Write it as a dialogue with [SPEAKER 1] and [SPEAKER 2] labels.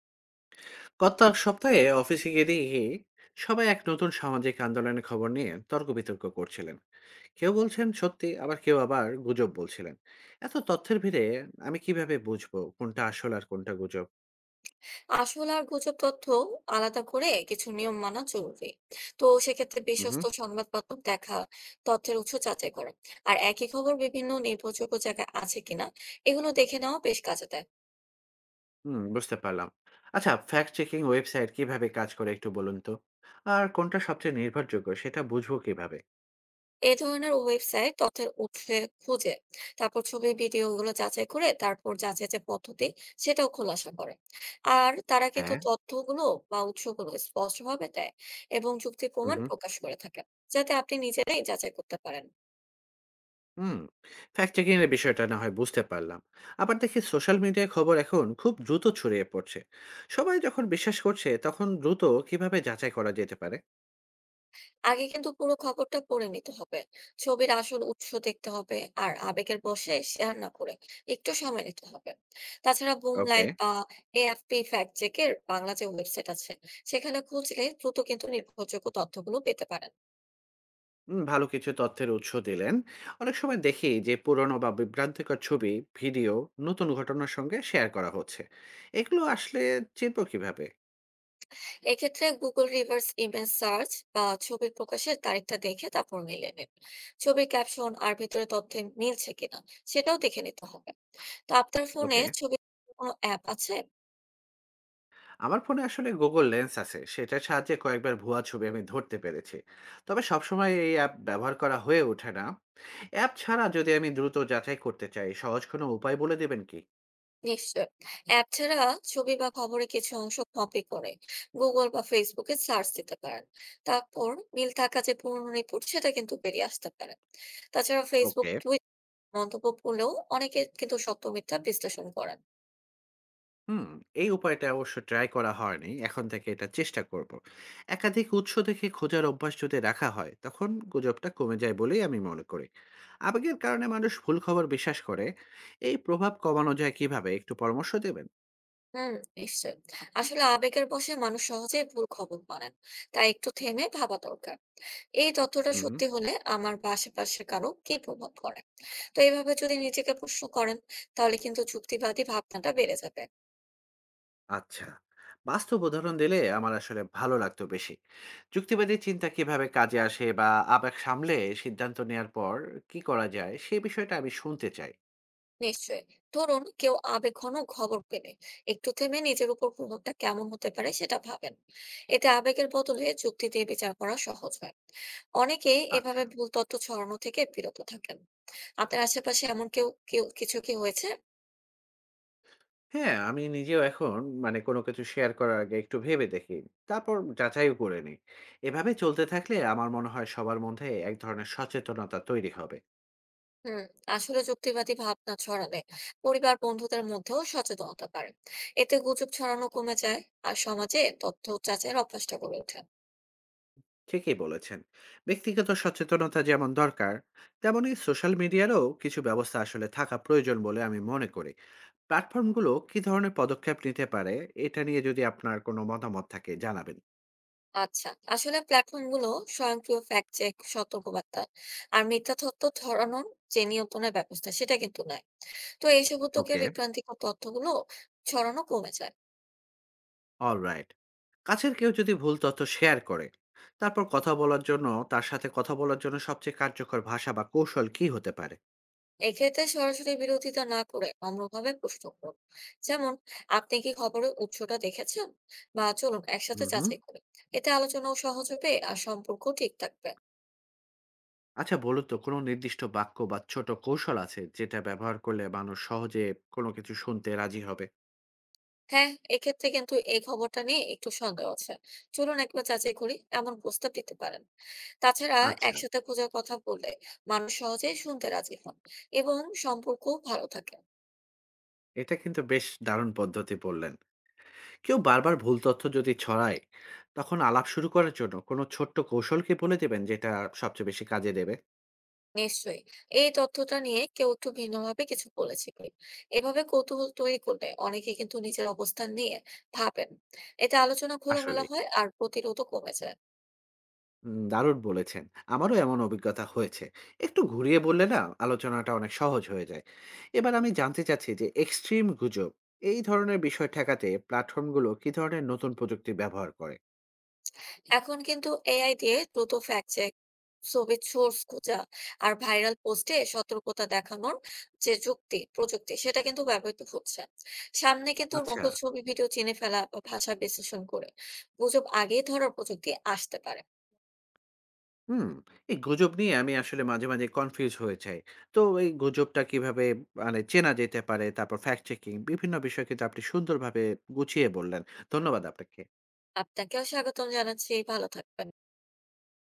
[SPEAKER 1] গত এক সপ্তাহে অফিসে গিয়ে দেখি সবাই এক নতুন সামাজিক আন্দোলনের খবর নিয়ে তর্ক বিতর্ক করছিলেন। কেউ বলছেন সত্যি, আবার কেউ আবার গুজব বলছিলেন। এত তথ্যের ভিড়ে আমি কিভাবে বুঝবো কোনটা আসল আর কোনটা গুজব?
[SPEAKER 2] আসল আর গুজব তথ্য আলাদা করে কিছু নিয়ম মানা জরুরি। তো সেক্ষেত্রে বিশ্বস্ত
[SPEAKER 1] হুম।
[SPEAKER 2] সংবাদ মাধ্যম দেখা, তথ্যের উৎস যাচাই করা, আর একই খবর বিভিন্ন নির্ভরযোগ্য জায়গায় আছে কিনা এগুলো দেখে নেওয়া বেশ কাজে দেয়।
[SPEAKER 1] হুম, বুঝতে পারলাম। আচ্ছা, ফ্যাক্ট চেকিং ওয়েবসাইট কিভাবে কাজ করে একটু বলুন তো। আর কোনটা সবচেয়ে নির্ভরযোগ্য সেটা বুঝবো কিভাবে?
[SPEAKER 2] এ ধরনের ওয়েবসাইট তথ্যের উৎসে খুঁজে, তারপর ছবি ভিডিও গুলো যাচাই করে, তারপর যাচাই যে পদ্ধতি সেটাও খোলাসা করে। আর তারা কিন্তু
[SPEAKER 1] হ্যাঁ।
[SPEAKER 2] তথ্যগুলো বা উৎসগুলো স্পষ্টভাবে দেয় এবং যুক্তি প্রমাণ
[SPEAKER 1] হুম।
[SPEAKER 2] প্রকাশ করে থাকে, যাতে আপনি নিজেরাই যাচাই করতে পারেন।
[SPEAKER 1] হুম। ফ্যাক্ট চেকিং এর বিষয়টা না হয় বুঝতে পারলাম। আবার দেখি সোশ্যাল মিডিয়ায় খবর এখন খুব দ্রুত ছড়িয়ে পড়ছে। সবাই যখন বিশ্বাস করছে তখন দ্রুত কিভাবে যাচাই করা যেতে পারে?
[SPEAKER 2] আগে কিন্তু পুরো খবরটা পড়ে নিতে হবে। ছবির আসল উৎস দেখতে হবে, আর আবেগের বশে শেয়ার না করে একটু সময় নিতে হবে। তাছাড়া
[SPEAKER 1] ওকে।
[SPEAKER 2] বুমলাইট বা এএফপি ফ্যাক্ট চেকের বাংলা যে ওয়েবসাইট আছে সেখানে খুঁজলে দ্রুত কিন্তু নির্ভরযোগ্য তথ্যগুলো পেতে পারেন।
[SPEAKER 1] হুম, ভালো কিছু তথ্যের উৎস দিলেন। অনেক সময় দেখি যে পুরনো বা বিভ্রান্তিকর ছবি, ভিডিও নতুন ঘটনার সঙ্গে শেয়ার করা হচ্ছে। এগুলো আসলে চিনব কিভাবে?
[SPEAKER 2] এক্ষেত্রে গুগল রিভার্স ইমেজ সার্চ বা ছবির প্রকাশের তারিখটা দেখে তারপর মিলিয়ে নিন। ছবির ক্যাপশন আর ভিতরে তথ্যে মিলছে কিনা সেটাও দেখে নিতে হবে। তো আপনার ফোনে
[SPEAKER 1] ওকে।
[SPEAKER 2] ছবি কোনো অ্যাপ আছে?
[SPEAKER 1] আমার ফোনে আসলে গুগল লেন্স আছে, সেটার সাহায্যে কয়েকবার ভুয়া ছবি আমি ধরতে পেরেছি। তবে সবসময় এই অ্যাপ ব্যবহার করা হয়ে ওঠে না। অ্যাপ ছাড়া যদি আমি দ্রুত যাচাই করতে চাই, সহজ কোনো উপায় বলে দেবেন কি?
[SPEAKER 2] নিশ্চয়, অ্যাপ ছাড়া ছবি বা খবরের কিছু অংশ কপি করে গুগল বা ফেসবুকে সার্চ দিতে পারেন। তারপর মিল থাকা যে পুরনো রিপোর্ট সেটা কিন্তু বেরিয়ে আসতে পারে। তাছাড়া ফেসবুক
[SPEAKER 1] ওকে।
[SPEAKER 2] টুইট মন্তব্য করলেও অনেকে কিন্তু সত্য মিথ্যা বিশ্লেষণ করেন।
[SPEAKER 1] হুম, এই উপায়টা অবশ্য ট্রাই করা হয়নি। এখন থেকে এটা চেষ্টা করব। একাধিক উৎস থেকে খোঁজার অভ্যাস যদি রাখা হয়, তখন গুজবটা কমে যায় বলেই আমি মনে করি। আবেগের কারণে মানুষ ভুল খবর বিশ্বাস করে। এই প্রভাব কমানো যায় কিভাবে? একটু পরামর্শ দেবেন?
[SPEAKER 2] হুম নিশ্চয়, আসলে আবেগের বশে মানুষ সহজে ভুল খবর বানান, তাই একটু থেমে ভাবা দরকার। এই তথ্যটা
[SPEAKER 1] হুম।
[SPEAKER 2] সত্যি হলে আমার বা আশেপাশে কারো কি প্রভাব পড়ে? তো এইভাবে যদি নিজেকে প্রশ্ন করেন তাহলে কিন্তু যুক্তিবাদী ভাবনাটা বেড়ে যাবে।
[SPEAKER 1] আচ্ছা, বাস্তব উদাহরণ দিলে আমার আসলে ভালো লাগতো বেশি। যুক্তিবাদী চিন্তা কিভাবে কাজে আসে, বা আবেগ সামলে সিদ্ধান্ত নেয়ার পর কি করা যায়, সেই বিষয়টা আমি শুনতে চাই।
[SPEAKER 2] নিশ্চয়ই, ধরুন কেউ আবেগঘন খবর পেলে একটু থেমে নিজের উপর প্রভাবটা কেমন হতে পারে সেটা ভাবেন। এতে আবেগের বদলে যুক্তি দিয়ে বিচার করা সহজ হয়, অনেকে
[SPEAKER 1] আচ্ছা।
[SPEAKER 2] এভাবে ভুল তথ্য ছড়ানো থেকে বিরত থাকেন। আপনার আশেপাশে এমন কেউ কেউ কিছু কি হয়েছে?
[SPEAKER 1] হ্যাঁ, আমি নিজেও এখন, মানে কোনো কিছু শেয়ার করার আগে একটু ভেবে দেখি, তারপর যাচাইও করে নিই। এভাবে চলতে থাকলে আমার মনে হয় সবার মধ্যে এক ধরনের সচেতনতা তৈরি হবে।
[SPEAKER 2] হুম, আসলে যুক্তিবাদী ভাবনা ছড়ালে পরিবার বন্ধুদের মধ্যেও সচেতনতা পারে। এতে গুজব ছড়ানো কমে যায়, আর সমাজে তথ্য যাচাইয়ের অভ্যাসটা গড়ে ওঠে।
[SPEAKER 1] ঠিকই বলেছেন। ব্যক্তিগত সচেতনতা যেমন দরকার, তেমনই সোশ্যাল মিডিয়ারও কিছু ব্যবস্থা আসলে থাকা প্রয়োজন বলে আমি মনে করি। প্ল্যাটফর্মগুলো কি ধরনের পদক্ষেপ নিতে পারে, এটা নিয়ে যদি আপনার কোনো মতামত থাকে জানাবেন।
[SPEAKER 2] আচ্ছা, আসলে প্ল্যাটফর্মগুলো স্বয়ংক্রিয় ফ্যাক্ট চেক সতর্কবার্তা আর মিথ্যা তথ্য ছড়ানোর যে নিয়ন্ত্রণের ব্যবস্থা সেটা কিন্তু নাই। তো এইসব উদ্যোগে
[SPEAKER 1] ওকে।
[SPEAKER 2] বিভ্রান্তিকর তথ্যগুলো ছড়ানো কমে যায়।
[SPEAKER 1] অলরাইট। কাছের কেউ যদি ভুল তথ্য শেয়ার করে, তারপর কথা বলার জন্য তার সাথে কথা বলার জন্য সবচেয়ে কার্যকর ভাষা বা কৌশল কি হতে পারে?
[SPEAKER 2] এক্ষেত্রে সরাসরি বিরোধিতা না করে নম্রভাবে প্রশ্ন করুন, যেমন আপনি কি খবরের উৎসটা দেখেছেন, বা চলুন একসাথে
[SPEAKER 1] হুম, হুম।
[SPEAKER 2] যাচাই করি। এতে আলোচনাও সহজ হবে আর সম্পর্ক ঠিক থাকবে।
[SPEAKER 1] আচ্ছা, বলুন তো কোনো নির্দিষ্ট বাক্য বা ছোট কৌশল আছে যেটা ব্যবহার করলে মানুষ সহজে কোনো কিছু শুনতে রাজি হবে?
[SPEAKER 2] হ্যাঁ, এক্ষেত্রে কিন্তু এই খবরটা নিয়ে একটু সন্দেহ আছে, চলুন একবার যাচাই করি এমন প্রস্তাব দিতে পারেন। তাছাড়া
[SPEAKER 1] আচ্ছা।
[SPEAKER 2] একসাথে খোঁজার কথা বললে মানুষ সহজে শুনতে রাজি হন, এবং সম্পর্ক ভালো থাকে।
[SPEAKER 1] এটা কিন্তু বেশ দারুণ পদ্ধতি বললেন। কেউ বারবার ভুল তথ্য যদি ছড়ায়, তখন আলাপ শুরু করার জন্য কোনো ছোট্ট কৌশলকে বলে দেবেন যেটা সবচেয়ে বেশি কাজে দেবে।
[SPEAKER 2] নিশ্চয়ই, এই তথ্যটা নিয়ে কেউ একটু ভিন্নভাবে কিছু বলেছে কি? এভাবে কৌতূহল তৈরি করলে অনেকে কিন্তু নিজের অবস্থান নিয়ে ভাবেন। এতে আলোচনা খোলামেলা
[SPEAKER 1] আসলে,
[SPEAKER 2] হয় আর প্রতিরোধও কমে যায়।
[SPEAKER 1] দারুণ বলেছেন। আমারও এমন অভিজ্ঞতা হয়েছে। একটু ঘুরিয়ে বললে না আলোচনাটা অনেক সহজ হয়ে যায়। এবার আমি জানতে চাচ্ছি যে এক্সট্রিম গুজব, এই ধরনের বিষয় ঠেকাতে প্ল্যাটফর্মগুলো কি ধরনের নতুন প্রযুক্তি ব্যবহার করে?
[SPEAKER 2] এখন কিন্তু এআই দিয়ে দ্রুত ফ্যাক্ট চেক, ছবির সোর্স খোঁজা, আর ভাইরাল পোস্টে সতর্কতা দেখানোর যে যুক্তি প্রযুক্তি সেটা কিন্তু ব্যবহৃত হচ্ছে। সামনে কিন্তু
[SPEAKER 1] আচ্ছা।
[SPEAKER 2] নকল ছবি ভিডিও চিনে ফেলা বা ভাষা বিশ্লেষণ করে গুজব আগেই ধরার প্রযুক্তি আসতে পারে।
[SPEAKER 1] হুম, এই গুজব নিয়ে আমি আসলে মাঝে, মাঝে কনফিউজ হয়ে যাই। তো এই গুজবটা কিভাবে, মানে চেনা যেতে পারে? তারপর ফ্যাক্ট চেকিং বিভিন্ন বিষয় কিন্তু আপনি সুন্দরভাবে গুছিয়ে বললেন। ধন্যবাদ আপনাকে।
[SPEAKER 2] আপনাকেও স্বাগতম জানাচ্ছি, ভালো থাকবেন।